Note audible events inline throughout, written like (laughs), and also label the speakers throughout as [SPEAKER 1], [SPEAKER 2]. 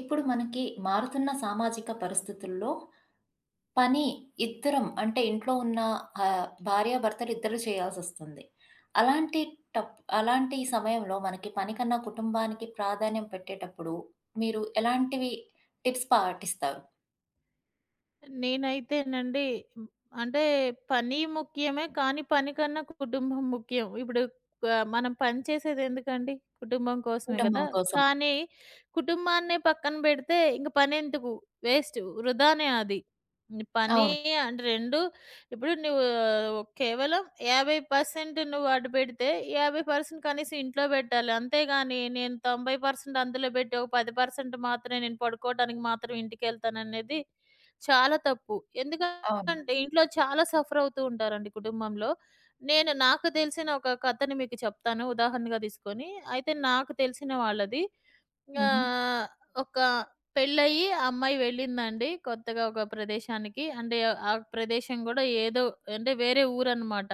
[SPEAKER 1] ఇప్పుడు మనకి మారుతున్న సామాజిక పరిస్థితుల్లో పని ఇద్దరం అంటే ఇంట్లో ఉన్న భార్యాభర్తలు ఇద్దరు చేయాల్సొస్తుంది. అలాంటి టప్ అలాంటి సమయంలో మనకి పని కన్నా కుటుంబానికి ప్రాధాన్యం పెట్టేటప్పుడు మీరు ఎలాంటివి టిప్స్ పాటిస్తారు?
[SPEAKER 2] నేనైతేనండి, హ్మ్. అంటే పని ముఖ్యమే. కానీ పని కన్నా కుటుంబం ముఖ్యం. ఇప్పుడు మనం పని చేసేదెందుకండి? కుటుంబం కోసమే కదా!
[SPEAKER 1] కుటుంబం కోసం.
[SPEAKER 2] కానీ కుటుంబాన్నే పక్కన పెడితే ఇంక పనెందుకు? వేస్ట్. వృధానే అది. పని
[SPEAKER 1] అవును.
[SPEAKER 2] అంటే 2 ఇప్పుడు నువ్వు కేవలం 50% నువ్వు అటు పెడితే 50% కనీసం ఇంట్లో పెట్టాలి. అంతేగాని నేను 90% అందులో పెట్టి ఒక 10% మాత్రమే నేను పడుకోవడానికి మాత్రం ఇంటికెళ్తాననేది చాలా తప్పు.
[SPEAKER 1] అవును.
[SPEAKER 2] ఎందుకంటే ఇంట్లో చాలా సఫర్ అవుతూ ఉంటారండి కుటుంబంలో. నేను నాకు తెలిసిన ఒక కథని మీకు చెప్తాను ఉదాహరణగా తీసుకొని. అయితే నాకు తెలిసిన వాళ్ళది.
[SPEAKER 1] హుహు.
[SPEAKER 2] ఆహ్, ఒక పెళ్ళయ్యి ఆ అమ్మాయి వెళ్ళిందండి కొత్తగా ఒక ప్రదేశానికి. అంటే ఆ ప్రదేశం గూడా ఏదో అంటే వేరే ఊరనమాట.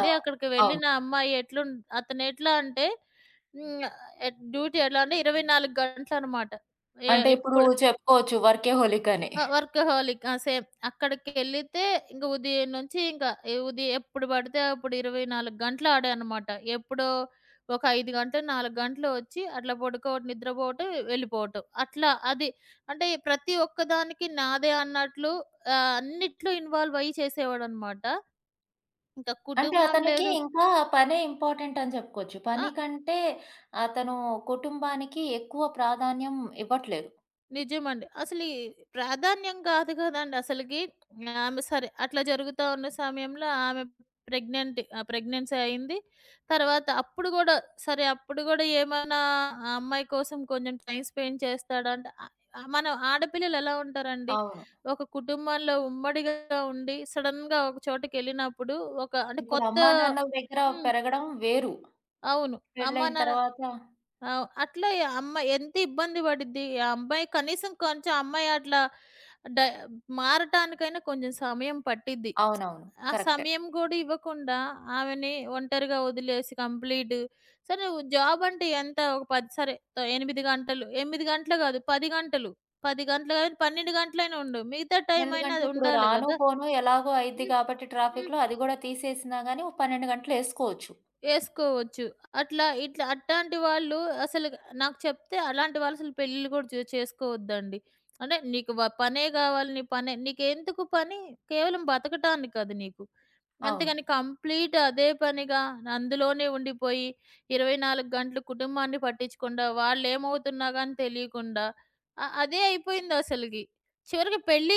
[SPEAKER 1] ఆ!
[SPEAKER 2] అక్కడికి
[SPEAKER 1] అవును.
[SPEAKER 2] వెళ్ళిన అమ్మాయి అతనెట్లా అంటే హ్మ్. ఎ డ్యూటీ ఎలా అంటే 24 గంటలనమాట. ఎ
[SPEAKER 1] అంటే ఇప్పుడు
[SPEAKER 2] ఎప్పుడు
[SPEAKER 1] చెప్పుకోవచ్చు వర్కేహోలిక్ అని.
[SPEAKER 2] ఆ! వర్కహోలిక్. ఆ! సేమ్. అక్కడికెళ్ళితే ఇంక ఉదయం నుంచి ఇంక ఎ ఉదయం ఎప్పుడు పడితే అప్పుడు 24 గంటలు ఆడే అనమాట. ఎప్పుడో ఒక 5 గంటలు, 4 గంటలు వచ్చి అట్లా పడుకోవటం, నిద్రపోవటం, వెళ్ళిపోవటం. అట్లా అది. అంటే ప్రతి ఒక్కదానికి నాదే అన్నట్లు అన్నిట్లో ఇన్వాల్వ్ అయ్యి చేసేవాడనమాట. ఇంకా
[SPEAKER 1] అంటే
[SPEAKER 2] కుటుంబం
[SPEAKER 1] అతనికి
[SPEAKER 2] లేదు.
[SPEAKER 1] ఇంకా పనే ఇంపార్టెంట్ అని చెప్పుకోవచ్చు.
[SPEAKER 2] ఆ!
[SPEAKER 1] పని కంటే అతను కుటుంబానికి ఎక్కువ ప్రాధాన్యం ఇవ్వట్లేదు.
[SPEAKER 2] నిజమండి. అసలీ ప్రాధాన్యం గాదు గదండీ అసలకి. ఆమె సరే అట్లా జరుగుతా ఉన్న సమయంలో ఆమె ప్రెగ్నెంట్ ప్రెగ్నెన్సీ అయింది. తర్వాత అప్పుడు గూడా సరే అప్పుడు గూడా ఏమన్నా ఆ అమ్మాయి కోసం కొంచెం టైమ్ స్పెండ్ చేస్తాడంటే మనం ఆడపిల్లలెలా ఉంటారండి,
[SPEAKER 1] అవును.
[SPEAKER 2] ఒక కుటుంబంలో ఉమ్మడిగా ఉండి సడెన్‌గా ఒక చోటకెళ్ళినప్పుడు ఒక అంటే
[SPEAKER 1] ఇప్పుడు
[SPEAKER 2] కొత్త.
[SPEAKER 1] అమ్మానాన్నల దగ్గర
[SPEAKER 2] హ్మ్.
[SPEAKER 1] పెరగడం వేరు.
[SPEAKER 2] అవును. అమ్మ,
[SPEAKER 1] పెళ్ళైన
[SPEAKER 2] నాన్న.
[SPEAKER 1] తర్వాత
[SPEAKER 2] ఆ! అట్లా ఈ అమ్మాయి ఎంత ఇబ్బంది పడిద్ది. ఆ అమ్మాయి కనీసం కొంచెం అమ్మాయి అట్లా డ మారటానికైనా కొంచెం సమయం పట్టిద్ది.
[SPEAKER 1] అవునవును.
[SPEAKER 2] ఆ
[SPEAKER 1] కరెక్టే.
[SPEAKER 2] సమయం గూడా ఇవ్వకుండా ఆమెని ఒంటరిగా వదిలేసి కంప్లీట్. సరే నువ్వు జాబ్ అంటే ఎంత ఒక 10 సరే 8 గంటలు, 8 గంటలు గాదు 10 గంటలు, 10 గంటలు గాని 12 గంటలైనా ఉండు. మిగతా టైం అయినా
[SPEAKER 1] ఎందుకంటే
[SPEAKER 2] అది
[SPEAKER 1] ఇప్పుడు
[SPEAKER 2] ఉండాలి
[SPEAKER 1] రాను,
[SPEAKER 2] గదా!
[SPEAKER 1] పోను ఎలాగో అయిద్ది
[SPEAKER 2] హ్మ్.
[SPEAKER 1] కాబట్టి
[SPEAKER 2] హ్మ్.
[SPEAKER 1] ట్రాఫిక్‌లో అది గూడా తీసేసినా గాని ఓ 12 గంటలేసుకోవచ్చు.
[SPEAKER 2] ఏసుకోవచ్చు. అట్లా ఇట్లా అట్టాంటి వాళ్ళు అసలు నాకు చెప్తే అలాంటి వాళ్ళు అసలు పెళ్ళిళ్ళు కూడా చేసుకోవద్దండి. అంటే నీకు పనే గావాలి నీ పనే నీకెందుకు పని? కేవలం బతకటానికి అది నీకు.
[SPEAKER 1] అవును.
[SPEAKER 2] అంతేగాని కంప్లీట్ అదే పనిగా అందులోనే ఉండిపోయి 24 గంటలు కుటుంబాన్ని పట్టించకుండా, వాళ్ళేమవుతున్నా గాని తెలియకుండా అదే అయిపోయిందసలకి. చివరికి పెళ్లి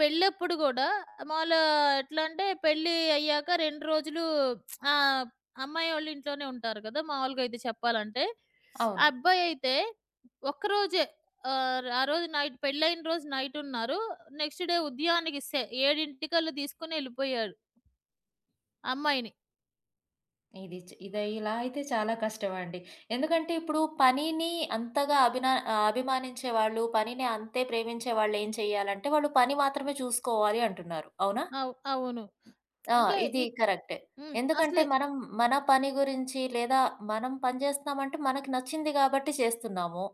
[SPEAKER 2] పెళ్ళప్పుడు గూడా మాములు ఎట్లా అంటే పెళ్లి అయ్యాక 2 రోజులు ఆ అమ్మాయోళ్ళు ఇంట్లోనే ఉంటారు కదా! మామూలుగా అయితే చెప్పాలంటే. ఆ
[SPEAKER 1] అవును.
[SPEAKER 2] అబ్బాయయితే ఒక్కరోజే, ఆ రోజు నైట్ పెళ్లయిన రోజు నైటున్నారు. నెక్స్ట్ డే ఉదయానికి 7 కల్లా తీసుకొని ఎళ్ళిపోయాడు అమ్మాయిని.
[SPEAKER 1] ఇది ఇలా అయితే చాలా కష్టమండి. ఎందుకంటే ఇప్పుడు పనిని అంతగా అభిమానించేవాళ్ళు, పనిని అంతే ప్రేమించేవాళ్ళు ఏం చేయాలంటే, వాళ్ళు పని మాత్రమే చూసుకోవాలి అంటున్నారు. అవునా?
[SPEAKER 2] అవును.
[SPEAKER 1] ఆ!
[SPEAKER 2] ఇంకా
[SPEAKER 1] ఇది
[SPEAKER 2] ఇట్
[SPEAKER 1] కరెక్టే.
[SPEAKER 2] హ్మ్.
[SPEAKER 1] ఎందుకంటే
[SPEAKER 2] అసలే
[SPEAKER 1] మనం మన పని గురించి లేదా మనం పని చేస్తున్నామంటే మనకి నచ్చింది కాబట్టి చేస్తున్నాము.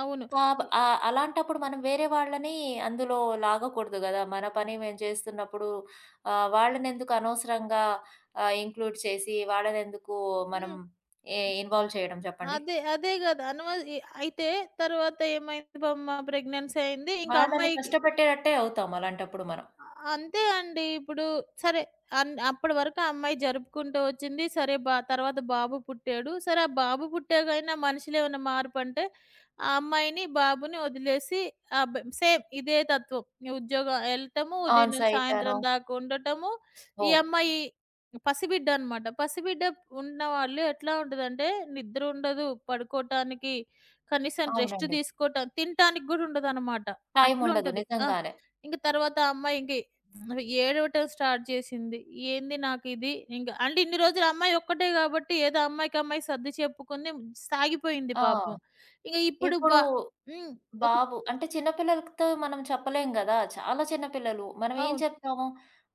[SPEAKER 2] అవును. ఇ
[SPEAKER 1] ఆ! అలాంటప్పుడు మనం వేరే వాళ్ళని అందులో లాగకూడదు గదా! మన పని మేము చేస్తున్నప్పుడు వాళ్ళనెందుకు అనవసరంగా ఇంక్లూడ్ చేసి వాళ్ళనెందుకు మనం
[SPEAKER 2] హ్మ్.
[SPEAKER 1] ఇన్వాల్వ్ చేయడం చెప్పండి?
[SPEAKER 2] అదే, అదే గదా! అనవ ఇ అయితే తర్వాత ఏమైంది, బా మా ప్రెగ్నెన్సీ అయింది. ఇంకా
[SPEAKER 1] వాళ్ళని
[SPEAKER 2] అమ్మాయికి
[SPEAKER 1] కష్టపెట్టేటట్టే అవుతాం అలాంటప్పుడు మనం.
[SPEAKER 2] అంతే అండి. ఇప్పుడు సరే అప్పటి వరకు ఆ అమ్మాయి జరుపుకుంటూ వచ్చింది. సరే తర్వాత బాబు పుట్టాడు. సరే ఆ బాబు పుట్టాకైనా మనిషిలో ఏమైనా మార్పంటే ఆ అమ్మాయిని, బాబుని వదిలేసి ఆ బ్ సేమ్ ఇదే తత్వం. ఈ ఉద్యోగం ఎళ్ళటము, ఉదయం
[SPEAKER 1] ఆన్
[SPEAKER 2] నుంచి
[SPEAKER 1] సైట్ అనో
[SPEAKER 2] సాయంత్రం దాకా ఉండటము. ఈ
[SPEAKER 1] ఓహ్!
[SPEAKER 2] అమ్మాయి పసిబిడ్డ అనమాట. పసిబిడ్డ ఉన్నవాళ్ళు ఎట్లా ఉంటదంటే నిద్ర ఉండదు, పడుకోటానికి, కనీసం రెస్ట్
[SPEAKER 1] అవునండి.
[SPEAKER 2] తీసుకోవటం తినటానికి గూడా ఉండదనమాట.
[SPEAKER 1] టైం ఉండదు
[SPEAKER 2] అట్లుంటది. ఆ!
[SPEAKER 1] నిజంగానే.
[SPEAKER 2] ఇంక తర్వాత ఆ అమ్మాయి ఇంక ఏడవటం స్టార్ట్ చేసింది. ఏంది నాకిది, ఇంక అంటే ఇన్ని రోజులు అమ్మాయి ఒక్కటే గాబట్టి ఏదో అమ్మాయికమ్మాయి సర్ది చెప్పుకుంది. సాగిపోయింది
[SPEAKER 1] ఆ!
[SPEAKER 2] పాపం. ఇంక ఇప్పుడు బ
[SPEAKER 1] ఇప్పుడు
[SPEAKER 2] హ్మ్. ఒక.
[SPEAKER 1] బాబు అంటే చిన్న పిల్లలతో మనం చెప్పలేం గదా! చాలా చిన్న పిల్లలు. మనం ఏం
[SPEAKER 2] అవును.
[SPEAKER 1] చెప్తాము?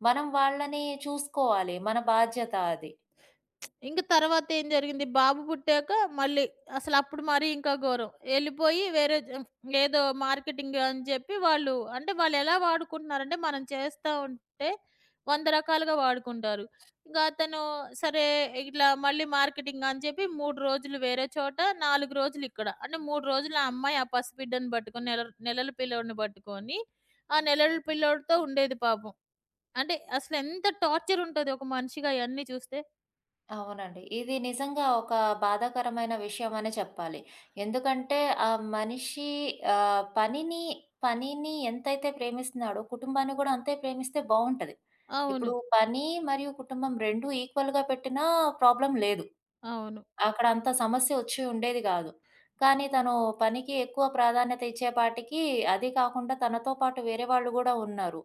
[SPEAKER 1] మనం వాళ్ళని చూసుకోవాలి. మన బాధ్యత అది.
[SPEAKER 2] ఇంక తర్వాతేం జరిగింది, బాబు పుట్టాక మళ్ళీ అసలప్పుడు మరీ ఇంకా ఘోరం. ఎళ్ళిపోయి వేరే ఏదో మార్కెటింగ్ అని చెప్పి వాళ్ళు అంటే వాళ్ళెలా వాడుకుంటున్నారంటే, మనం చేస్తా ఉంటే 100 రకాలుగా వాడుకుంటారు. ఇంక అతను సరే ఇట్లా మళ్ళీ మార్కెటింగ్ అని చెప్పి 3 రోజులు వేరే చోట, 4 రోజులు ఇక్కడ. అంటే 3 రోజులు ఆ అమ్మాయి ఆ పసిబిడ్డని పట్టుకొని నెలల పిల్లోడిని పట్టుకొని, ఆ నెలల పిల్లోడితో ఉండేది పాపం. అంటే అసలెంత టార్చరుంటది ఒక మనిషిగా అయన్నీ చూస్తే.
[SPEAKER 1] అవునండి. ఇది నిజంగా ఒక బాధాకరమైన విషయం అనే చెప్పాలి. ఎందుకంటే ఆ మనిషి పనిని, పనిని ఎంతైతే ప్రేమిస్తున్నాడో కుటుంబాన్ని గూడా అంతే ప్రేమిస్తే బావుంటది.
[SPEAKER 2] అవును.
[SPEAKER 1] ఇప్పుడు పని మరియు కుటుంబం 2 ఈక్వల్‌గా పెట్టినా ప్రాబ్లమ్ లేదు.
[SPEAKER 2] అవును.
[SPEAKER 1] అక్కడ అంత సమస్య వచ్చి ఉండేది గాదు. కానీ తను పనికి ఎక్కువ ప్రాధాన్యత ఇచ్చేపాటికి అది కాకుండా తనతో పాటు వేరే వాళ్ళు గూడా ఉన్నారు.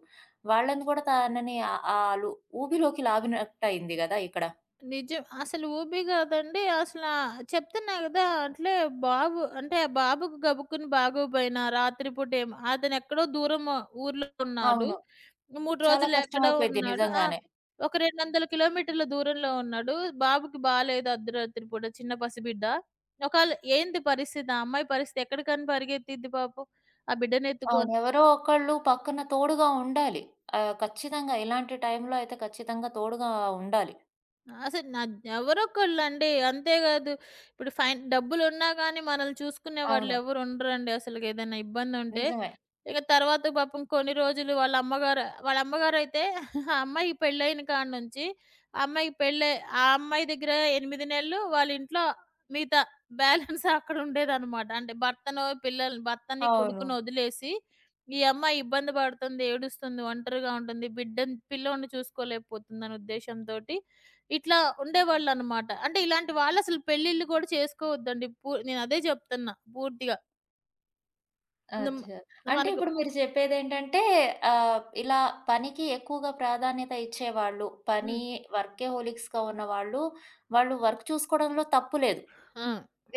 [SPEAKER 1] వాళ్ళని గూడా తనని ఆహ్, ఆలు ఊబిలోకి లాగినట్టయింది గదా! ఇక్కడ.
[SPEAKER 2] నిజం. అసలు ఊబి గాదండి. చెప్తున్నా గదా! అట్లే బాబు అంటే ఆ బాబుకు గబుక్కున బాగోపోయినా రాత్రిపూట ఏమో అతనెక్కడో దూరం ఊర్లో ఉన్నాడు.
[SPEAKER 1] అవును.
[SPEAKER 2] 3
[SPEAKER 1] చాలా
[SPEAKER 2] రోజులు ఎక్కడో
[SPEAKER 1] కష్టమైపోయిద్ది
[SPEAKER 2] ఉన్నాడు. ఆ!
[SPEAKER 1] నిజంగానే.
[SPEAKER 2] ఒక 200 కిలోమీటర్ల దూరంలో ఉన్నాడు. బాబుకి బాలేదు అర్ధరాత్రి పూట చిన్న పసిబిడ్డ. ఒకాళ ఏంది పరిస్థితి? ఆ అమ్మాయి పరిస్థితి ఎక్కడికని పరిగెత్తిద్ది పాపం ఆ
[SPEAKER 1] అవును.
[SPEAKER 2] బిడ్డనెత్తుకొని.
[SPEAKER 1] ఎవరో ఒకళ్ళు పక్కన తోడుగా ఉండాలి. ఖచ్చితంగా ఇలాంటి టైంలో అయితే ఖచ్చితంగా తోడుగా ఉండాలి.
[SPEAKER 2] అసలు నా ఎవరొకళ్ళండి. అంతేకాదు ఇప్పుడు ఫైన్ డబ్బులున్నా గానీ మనల్ని చూసుకునే
[SPEAKER 1] అవును.
[SPEAKER 2] వాళ్ళెవరు ఉండరండి అసలుకి. ఏదైనా ఇబ్బందుంటే,
[SPEAKER 1] నిజమే.
[SPEAKER 2] ఇక తర్వాత పాపం కొన్ని రోజులు వాళ్ళ అమ్మగారు వాళ్ళ అమ్మగారైతే (laughs) ఆ అమ్మాయికి పెళ్ళైన కాడ నుంచి, ఆ అమ్మాయికి పెళ్ళై ఆ అమ్మాయి దగ్గర 8 నెలలు వాళ్ళ ఇంట్లో మిగతా బ్యాలెన్స్ అక్కడ ఉండేదనమాట. అంటే భర్తనో, పిల్లల్ని భర్తని,
[SPEAKER 1] అవును.
[SPEAKER 2] కొడుకుని వదిలేసి ఈ అమ్మాయి ఇబ్బంది పడుతుంది, ఏడుస్తుంది, ఒంటరిగా ఉంటుంది, బిడ్డని పిల్లోడిని చూసుకోలేకపోతుందనే ఉద్దేశంతోటి ఇట్లా ఉండేవాళ్ళనమాట. అంటే ఇలాంటి వాళ్ళసలు పెళ్ళిళ్ళు గూడా చేసుకోవద్దండి. నేనదే జెప్తున్నా పూర్తిగా. నమ్
[SPEAKER 1] అచ్చా! అంటే
[SPEAKER 2] మనకు.
[SPEAKER 1] ఇప్పుడు మీరు చెప్పేదేంటంటే ఇలా పనికి ఎక్కువగా ప్రాధాన్యత ఇచ్చేవాళ్ళు, పని
[SPEAKER 2] హ్మ్.
[SPEAKER 1] వర్కేహోలిక్స్‌గా ఉన్నవాళ్ళు, వాళ్ళు వాళ్ళు వర్క్ చూసుకోవడంలో తప్పు లేదు.
[SPEAKER 2] ఆ!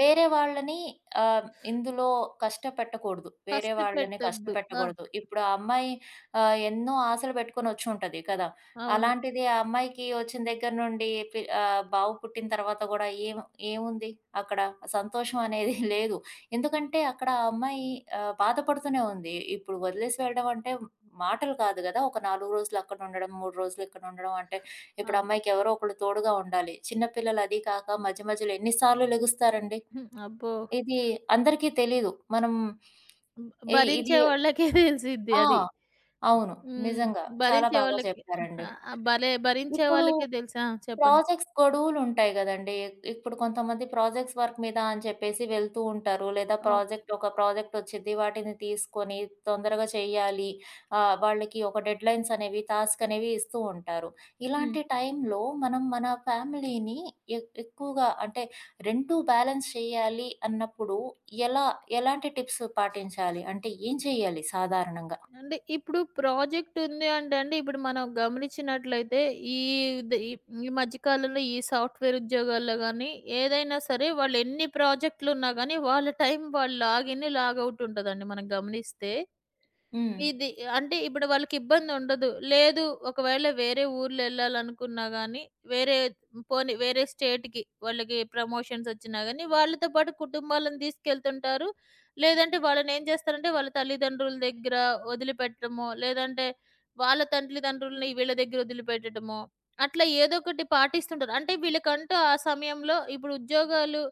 [SPEAKER 1] వేరే వాళ్ళని ఇందులో కష్టపెట్టకూడదు. వేరే వాళ్ళని
[SPEAKER 2] కష్టపెట్టొద్దు. ఆ!
[SPEAKER 1] కష్టపెట్టకూడదు. ఇప్పుడు ఆ అమ్మాయి ఎన్నో ఆశలు పెట్టుకొనొచ్చుంటది కదా!
[SPEAKER 2] అవును.
[SPEAKER 1] అలాంటిది ఆ అమ్మాయికి వచ్చిన దగ్గర నుండి బాబు పుట్టిన తర్వాత గూడా ఏముంది అక్కడ సంతోషం అనేది (laughs) లేదు. ఎందుకంటే అక్కడ ఆ అమ్మాయి బాధపడుతూనే ఉంది. ఇప్పుడు వదిలేసి వెళ్ళడం అంటే మాటలు కాదు గదా! ఒక 4 రోజులు అక్కడ ఉండడం, 3 రోజులు ఇక్కడ ఉండడం అంటే ఇప్పుడు
[SPEAKER 2] అవును.
[SPEAKER 1] అమ్మాయికి ఎవరో ఒకళ్ళు తోడుగా ఉండాలి. చిన్న పిల్లలు అది కాక మధ్య మధ్యలో ఎన్ని సార్లు లెగుస్తారండి?
[SPEAKER 2] హ్మ్. అబ్బో!
[SPEAKER 1] ఇది అందరికీ తెలీదు. మనం ఇది
[SPEAKER 2] భరించే వాళ్ళకే (laughs) దెలిసిద్ది
[SPEAKER 1] ఆ!
[SPEAKER 2] అది.
[SPEAKER 1] అవును.
[SPEAKER 2] హ్మ్.
[SPEAKER 1] నిజంగా. చాలా
[SPEAKER 2] భరించే
[SPEAKER 1] బాగా
[SPEAKER 2] వాళ్ళకి
[SPEAKER 1] చెప్పారండి.
[SPEAKER 2] భలే భరించే
[SPEAKER 1] ఇప్పుడు
[SPEAKER 2] వాళ్ళకే దెలుసు. ఆ! చెప్పండి.
[SPEAKER 1] ప్రాజెక్ట్స్ గొడువులుంటాయి గదండీ! ఇప్పుడు కొంతమంది ప్రాజెక్ట్స్ వర్క్ మీద అని చెప్పేసి వెళ్తూ ఉంటారు. లేదా
[SPEAKER 2] అవును.
[SPEAKER 1] ప్రాజెక్ట్ ఒచ్చిద్ది. వాటిని తీసుకొని తొందరగా చేయాలి. వాళ్ళకి ఒక డెడ్‌లైన్స్ అనేవి, టాస్క్ అనేవి ఇస్తూ ఉంటారు.
[SPEAKER 2] హ్మ్.
[SPEAKER 1] ఇలాంటి టైంలో మనం మన ఫ్యామిలీని ఎక్కువగా అంటే 2 బ్యాలెన్స్ చేయాలి అన్నప్పుడు ఎలా ఎలాంటి టిప్స్ పాటించాలి? అంటే ఏం చేయాలి సాధారణంగా?
[SPEAKER 2] అంటే ఇప్పుడు ప్రాజెక్ట్ ఉంది అంటే అండి, ఇప్పుడు మనం గమనించినట్లయితే ఈ ద ఈ ఈ మధ్య కాలంలో ఈ సాఫ్ట్‌వేర్ ఉద్యోగాల్లో గాని, ఏదైనా సరే వాళ్ళు ఎన్ని ప్రాజెక్ట్‌లున్నా గాని వాళ్ళ టైం వాళ్ళు లాగిన్, లాగౌట్ ఉంటదండి మనం గమనిస్తే.
[SPEAKER 1] హ్మ్.
[SPEAKER 2] ఇది అంటే ఇప్పుడు వాళ్ళకిబ్బందుండదు. లేదు ఒకవేళ వేరే ఊర్లెళ్ళాలనుకున్నా గానీ, వేరే పోనీ వేరే స్టేట్‌కి వాళ్ళకి ప్రమోషన్సొచ్చినా గానీ, వాళ్ళతో పాటు కుటుంబాలను తీసుకెళ్తుంటారు. లేదంటే వాళ్ళనేం జేస్తారంటే, వాళ్ళ తల్లిదండ్రుల దగ్గర వదిలిపెట్టడమో, లేదంటే వాళ్ళ తల్లిదండ్రులని వీళ్ళ దగ్గర వదిలిపెట్టడమో, అట్లా ఏదోకటి పాటిస్తుంటారు. అంటే వీళ్ళకంటూ ఆ సమయంలో ఇప్పుడు ఉద్యోగాలు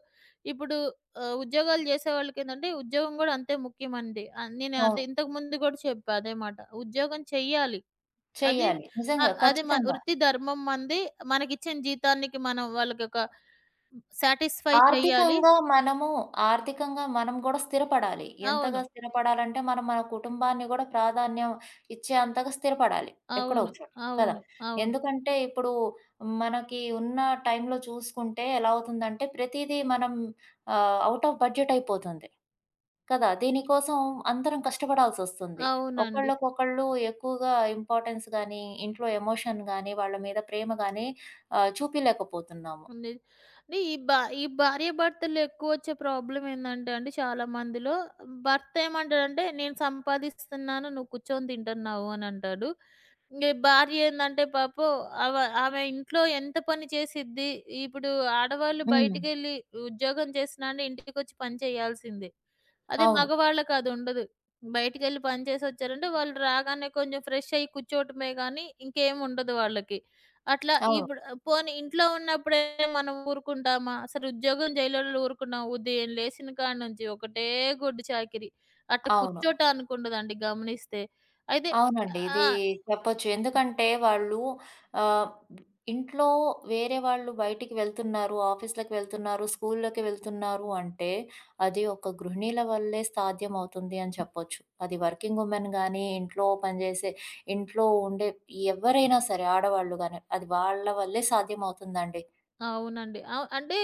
[SPEAKER 2] ఇప్పుడు ఉద్యోగాలు జేసేవాళ్ళకేంటంటే ఉద్యోగం గూడా అంతే ముఖ్యమండి. నేను
[SPEAKER 1] అవును.
[SPEAKER 2] అదే ఇంతకు ముందు గూడా చెప్పా అదే మాట. ఉద్యోగం చెయ్యాలి. అది
[SPEAKER 1] చెయ్యాలి. నిజంగా.
[SPEAKER 2] అది మన
[SPEAKER 1] ఖచ్చితంగా.
[SPEAKER 2] వృత్తి ధర్మం మనది. మనకిచ్చిన జీతానికి మనం వాళ్ళకొక సాటిస్ఫై చెయ్యాలి.
[SPEAKER 1] ఆర్థికంగా మనము ఆర్థికంగా మనం గూడా స్థిరపడాలి. ఎంతగా
[SPEAKER 2] అవును.
[SPEAKER 1] స్థిరపడాలంటే, మనం మన కుటుంబాన్ని గూడా ప్రాధాన్యం ఇచ్చే అంతగా స్థిరపడాలి. ఎక్కడో
[SPEAKER 2] అవును.
[SPEAKER 1] ఒక చోట. కదా!
[SPEAKER 2] అవును. అవును.
[SPEAKER 1] ఎందుకంటే, ఇప్పుడు మనకి ఉన్న టైంలో చూసుకుంటే ఎలా అవుతుందంటే, ప్రతీదీ మనం ఔట్ ఆఫ్ బడ్జెట్ అయిపోతుంది. కదా! దీనికోసం అందరం కష్టపడాల్సొస్తుంది.
[SPEAKER 2] అవునండి.
[SPEAKER 1] ఒకళ్ళకొకళ్ళు ఎక్కువగా ఇంపార్టెన్స్ గానీ, ఇంట్లో ఎమోషన్ గానీ, వాళ్ళ మీద ప్రేమ గానీ చూపియలేకపోతున్నాము.
[SPEAKER 2] ఉంది. ని ఈ భా ఈ భార్యాభర్తల్లో ఎక్కువొచ్చే ప్రాబ్లమ్ ఏందంటే అండి చాలా మందిలో భర్త ఏమంటాడంటే, "నేను సంపాదిస్తున్నాను, నువ్వు కూర్చొని తింటున్నావు" అని అంటాడు. ఇంగ భార్య ఏందంటే పాపం ఆవ ఆమె ఇంట్లో ఎంత పని చేసిద్ది? ఇప్పుడు ఆడవాళ్ళు
[SPEAKER 1] హ్మ్.
[SPEAKER 2] బయటికెళ్ళి ఉద్యోగం చేసినా అంటే ఇంటికొచ్చి పని చేయాల్సిందే. అదే
[SPEAKER 1] అవును.
[SPEAKER 2] మగవాళ్ళకి అదుండదు. బయటికెళ్ళి పని చేసొచ్చారంటే వాళ్ళు రాగానే కొంచెం ఫ్రెష్ అయ్యి కూర్చోవటమే గానీ ఇంకేముండదు వాళ్ళకి. అట్లా
[SPEAKER 1] అవును.
[SPEAKER 2] ఇప్పుడు పోనీ ఇంట్లో ఉన్నప్పుడే మనం ఊరుకుంటామా? అసలు ఉద్యోగం జేయలోళ్ళు ఊరుకున్నాం. ఉదయం లేసిన కాడ నుంచి ఒకటే గొడ్డు చాకిరీ. అట్ట
[SPEAKER 1] అవును.
[SPEAKER 2] కూర్చోటానికుండదండి గమనిస్తే. అయితే
[SPEAKER 1] అవునండి.
[SPEAKER 2] ఆ!
[SPEAKER 1] ఇది చెప్పొచ్చు. ఎందుకంటే వాళ్ళు ఆహ్, ఇంట్లో వేరే వాళ్ళు బయటికి వెళ్తున్నారు, ఆఫీస్‌లకి వెళ్తున్నారు, స్కూల్‌లకి వెళ్తున్నారు అంటే అది ఒక గృహిణీల వల్లే సాధ్యమవుతుంది అని చెప్పొచ్చు. అది వర్కింగ్ వుమెన్ గానీ, ఇంట్లో ఉండే ఎవ్వరైనా సరే ఆడవాళ్ళు గానీ, అది వాళ్ళ వల్లే సాధ్యమవుతుందండి.
[SPEAKER 2] అవునండి. అంటే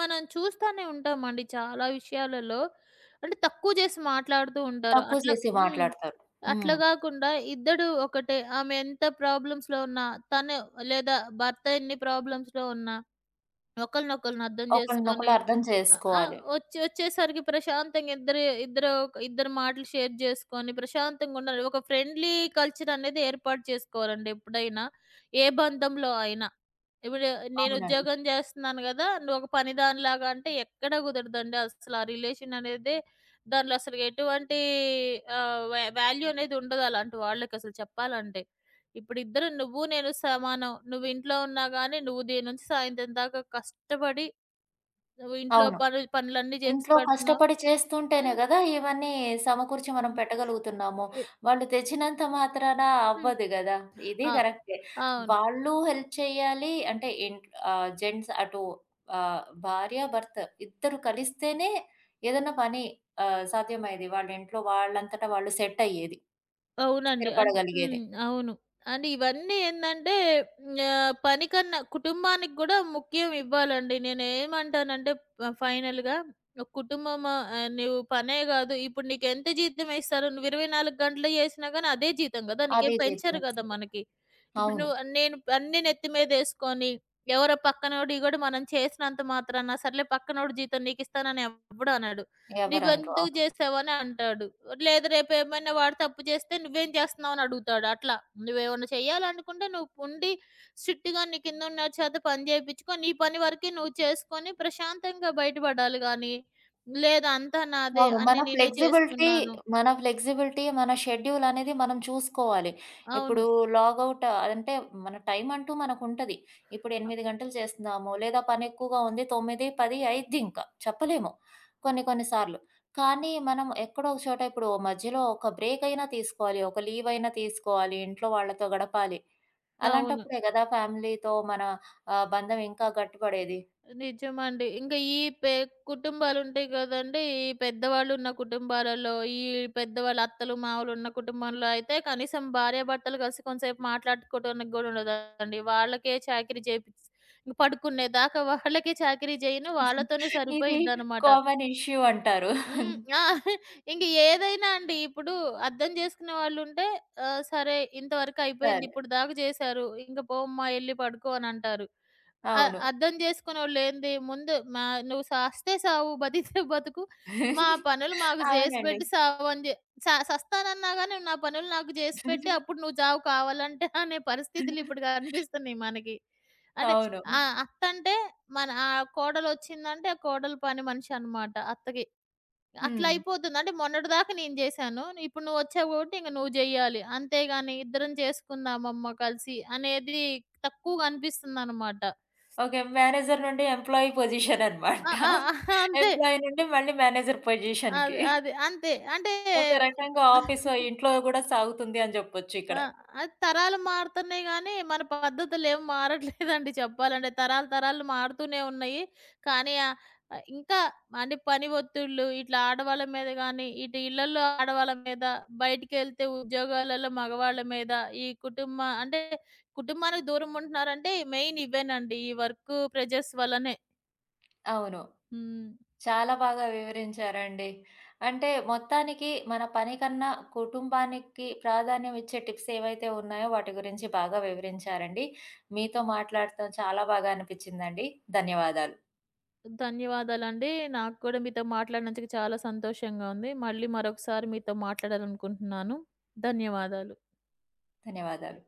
[SPEAKER 2] మనం చూస్తానే ఉంటామండి చాలా విషయాలలో. అంటే తక్కువ చేసి మాట్లాడుతూ ఉంటారు.
[SPEAKER 1] తక్కువ
[SPEAKER 2] అట్లా
[SPEAKER 1] చేసి
[SPEAKER 2] హ్మ్.
[SPEAKER 1] మాట్లాడతారు.
[SPEAKER 2] అట్లా
[SPEAKER 1] హ్మ్.
[SPEAKER 2] గాకుండా ఇద్దరు ఒకటే ఆమె ఎంత ప్రాబ్లమ్స్‌లో ఉన్నా, తను లేదా భర్త ఎన్ని ప్రాబ్లమ్స్‌లో ఉన్నా ఒకళ్ళనొకళ్ళని అర్థం
[SPEAKER 1] ఒకళ్ళనొకళ్ళు
[SPEAKER 2] జేసుకొని
[SPEAKER 1] అర్థం
[SPEAKER 2] ఆ!
[SPEAKER 1] చేసుకోవాలి.
[SPEAKER 2] వచ్చి వచ్చేసరికి ప్రశాంతంగా ఇద్దరు ఇద్దరి మాటలు షేర్ జేసుకొని ప్రశాంతంగా ఉండాలి. ఒక ఫ్రెండ్లీ కల్చర్ అనేది ఏర్పాటు చేసుకోవాలండి ఎప్పుడైనా. ఏ బంధంలో అయినా. ఇప్పుడు నేను
[SPEAKER 1] అవునండి.
[SPEAKER 2] ఉద్యోగం జేస్తున్నాను గదా! నువ్వు ఒక పని దానిలాగా అంటే ఎక్కడ కుదరదండి. అసలు ఆ రిలేషన్ అనేదే దాంట్లో అసలు ఎటువంటి ఆహ్, వా వాల్యూ అనేది ఉండదు అలాంటి వాళ్ళకసలు చెప్పాలంటే. ఇప్పుడు ఇద్దరు నువ్వు నేను సమానం. నువ్వు ఇంట్లో ఉన్నా గానీ నువ్వు ఉదయం నుంచి సాయంత్రం దాకా కష్టపడి నువ్వు ఇంట్లో
[SPEAKER 1] అవును.
[SPEAKER 2] పనులన్నీ జేసి
[SPEAKER 1] ఇంట్లో
[SPEAKER 2] పెడుతున్నావు.
[SPEAKER 1] కష్టపడి చేస్తుంటేనే
[SPEAKER 2] హ్మ్.
[SPEAKER 1] గదా! ఇవన్నీ సమకూర్చి మనం
[SPEAKER 2] హ్మ్.
[SPEAKER 1] పెట్టగలుగుతున్నాము.
[SPEAKER 2] ఎ
[SPEAKER 1] వాళ్ళు తెచ్చినంత మాత్రాన
[SPEAKER 2] హ్మ్.
[SPEAKER 1] అవ్వదు గదా! ఇది
[SPEAKER 2] ఆ!
[SPEAKER 1] కరెక్టే.
[SPEAKER 2] అవును.
[SPEAKER 1] వాళ్ళు హెల్ప్ చేయాలి అంటే జెంట్స్ అటు ఆహ్, భార్య, భర్త ఇద్దరు కలిస్తేనే ఏదన్నా పని సాధ్యమయ్యేది. వాళ్ళ ఇంట్లో వాళ్ళంతట వాళ్ళు సెట్ అయ్యేది.
[SPEAKER 2] అవునండి. అంటే హ్మ్.
[SPEAKER 1] స్థిరపడగలిగేది.
[SPEAKER 2] అవును. అంటే ఇవన్నీ ఏందంటే పని కన్నా కుటుంబానికి గూడా ముఖ్యం ఇవ్వాలండి. నేనేమంటానంటే ఫైనల్‌గా ఒక కుటుంబం, నువ్వు పనే గాదు. ఇప్పుడు నీకెంత జీతం ఇస్తారు? నువ్వు 24 గంటలు చేసినా గానీ అదే జీతం గదా!
[SPEAKER 1] అదే
[SPEAKER 2] నీకేం
[SPEAKER 1] జీవితం
[SPEAKER 2] పెంచరు గదా
[SPEAKER 1] ఇస్తున్నారు.
[SPEAKER 2] మనకి. ఇప్పుడు
[SPEAKER 1] అవును.
[SPEAKER 2] నువ్వు నేను అన్నీ నెత్తి మీదేసుకొని ఎవరో పక్కనోడు ఇగోడు మనం చేసినంత మాత్రాన సర్లే పక్కనోడు జీతం నీకిస్తానని ఎవ్వడు అనడు.
[SPEAKER 1] ఎవరనరు.
[SPEAKER 2] నువ్వెందుకు
[SPEAKER 1] అవును.
[SPEAKER 2] జేసావని అంటాడు. లేదు రేపేమైనా వాడు తప్పు చేస్తే నువ్వేం జేస్తున్నావని అడుగుతాడు అట్లా. నువ్వేమన్నా చెయ్యాలనుకుంటే నువ్వు ఉండి స్ట్రిక్ట్‌గా నీ కిందున్నోడి చేత పని జేపిచ్చుకో. నీ పని వరకే నువ్వు చేసుకొని ప్రశాంతంగా బయటపడాలి గానీ, లేదు అంతా నాదే
[SPEAKER 1] అవును.
[SPEAKER 2] అన్నీ నేనే చేసుకున్నాను.
[SPEAKER 1] మన ఫ్లెక్సిబిలిటీ, మన షెడ్యూల్ అనేది మనం చూసుకోవాలి. ఇప్పుడు
[SPEAKER 2] అవును.
[SPEAKER 1] లాగౌట్ అంటే మన టైం అంటూ మనకుంటది. ఇప్పుడు
[SPEAKER 2] అ!
[SPEAKER 1] 8 గంటలు చేస్తున్నాము, లేదా పని ఎక్కువగా ఉంది 9, 10 అయిద్దింకా చెప్పలేము కొన్ని కొన్ని సార్లు. కానీ మనం ఎక్కడో ఒక చోట ఇప్పుడు మధ్యలో ఒక బ్రేక్ అయినా తీసుకోవాలి. ఒక లీవ్ అయినా తీసుకోవాలి. ఇంట్లో వాళ్ళతో గడపాలి.
[SPEAKER 2] అవును.
[SPEAKER 1] అలాంటప్పుడే గదా! ఫ్యామిలీతో మన బంధం ఇంకా గట్టిపడేది.
[SPEAKER 2] నిజమండి. ఇంకా ఈ పె కుటుంబాలుంటాయి గదండీ! ఈ పెద్దవాళ్ళున్న కుటుంబాలలో, ఈ పెద్దవాళ్ళు అత్తలు, మావలున్న కుటుంబంలో అయితే కనీసం భార్యాభర్తలు కలిసి కొంతసేపు మాట్లాడుకోవడానికి గూడా ఉండదండి. వాళ్ళకే చాకిరీ చేపిచ్చి ఇంక పడుకునేదాకా వాళ్ళకే చాకిరీ జేయను. వాళ్ళతోనే
[SPEAKER 1] (laughs) ఇది
[SPEAKER 2] సరిపోయిద్దనమాట.
[SPEAKER 1] కామన్ ఇష్యూ అంటారు.
[SPEAKER 2] హ్మ్. ఆ! ఇంక ఏదైనా అండి ఇప్పుడు అర్థం జేసుకునే వాళ్ళుంటే సరే ఇంతవరకు అయిపోయింది.
[SPEAKER 1] సరే.
[SPEAKER 2] ఇప్పుడు దాకా జేశారు. ఇంక పోమ్మా ఎళ్లి పడుకో అనంటారు. అ
[SPEAKER 1] అవును.
[SPEAKER 2] అర్థం చేసుకునోళ్ళేంది ముందు మా "నువ్వు సస్తే సావు, బతికితే బతుకు, మా పనులు మాకు జేసి
[SPEAKER 1] అవునండి.
[SPEAKER 2] పెట్టి సావు" అని జె స సస్తానన్నా గాని "నా పనులు నాకు జేసి పెట్టి, అప్పుడు నువ్వు జావు కావాలంటే" అనే పరిస్థితులు ఇప్పుడు కనిపిస్తున్నాయి మనకి. అంటే
[SPEAKER 1] అవును.
[SPEAKER 2] అత్తంటే మన కోడలొచ్చిందంటే ఆ కోడలు పని మనిషి అనమాట అత్తకి. అట్లా
[SPEAKER 1] హ్మ్.
[SPEAKER 2] అయిపోతుంది. అంటే మొన్నటిదాకా నేను జేశాను. ఇప్పుడు నువ్వొచ్చావు కాబట్టి ఇంక నువ్వు జెయ్యాలి. అంతేగాని ఇద్దరం చేసుకుందామమ్మ కలిసి అనేది తక్కువగా అనిపిస్తుందనమాట.
[SPEAKER 1] ఓకే. మేనేజర్ నుండి ఎంప్లాయీ పొజిషన్ అన్నమాట.
[SPEAKER 2] ఆ! ఆ! అంతే.
[SPEAKER 1] ఎంప్లాయీ నుండి మళ్ళీ మేనేజర్ పొజిషన్‌కి.
[SPEAKER 2] అది, అది. అంతే. అంటే
[SPEAKER 1] ఒక రకంగా ఆఫీస్ ఇంట్లో గూడా సాగుతుంది అని జెప్పొచ్చు ఇక్కడ.
[SPEAKER 2] ఆ! అది తరాలు మారుతున్నాయి గానీ, మన పద్ధతులేం మారట్లేదండి చెప్పాలంటే. తరాలు తరాలు మారుతూనే ఉన్నాయి. కానీ ఇంకా అంటే పని ఒత్తిళ్ళు, ఇట్లా ఆడవాళ్ళ మీద గానీ, ఇటు ఇళ్లల్లో ఆడవాళ్ళ మీద, బయటికెళ్తే ఉద్యోగాలలో మగవాళ్ళ మీద, ఈ కుటుంబ అంటే కుటుంబానికి దూరం ఉంటున్నారంటే మెయిన్ ఇవేనండి. ఈ వర్క్ ప్రెజర్స్ వల్లనే.
[SPEAKER 1] అవును.
[SPEAKER 2] హ్మ్.
[SPEAKER 1] చాలా బాగా వివరించారండి. అంటే మొత్తానికి మన పని కన్నా కుటుంబానికి ప్రాధాన్యం ఇచ్చే టిప్స్ ఏవైతే ఉన్నాయో వాటి గురించి బాగా వివరించారండి. మీతో మాట్లాడటం చాలా బాగా అనిపించిందండి. ధన్యవాదాలు.
[SPEAKER 2] ధన్యవాదాలండి. నాకు కూడా మీతో మాట్లాడినందుకు చాలా సంతోషంగా ఉంది. మళ్ళీ మరొకసారి మీతో మాట్లాడాలనుకుంటున్నాను. ధన్యవాదాలు.
[SPEAKER 1] ధన్యవాదాలు.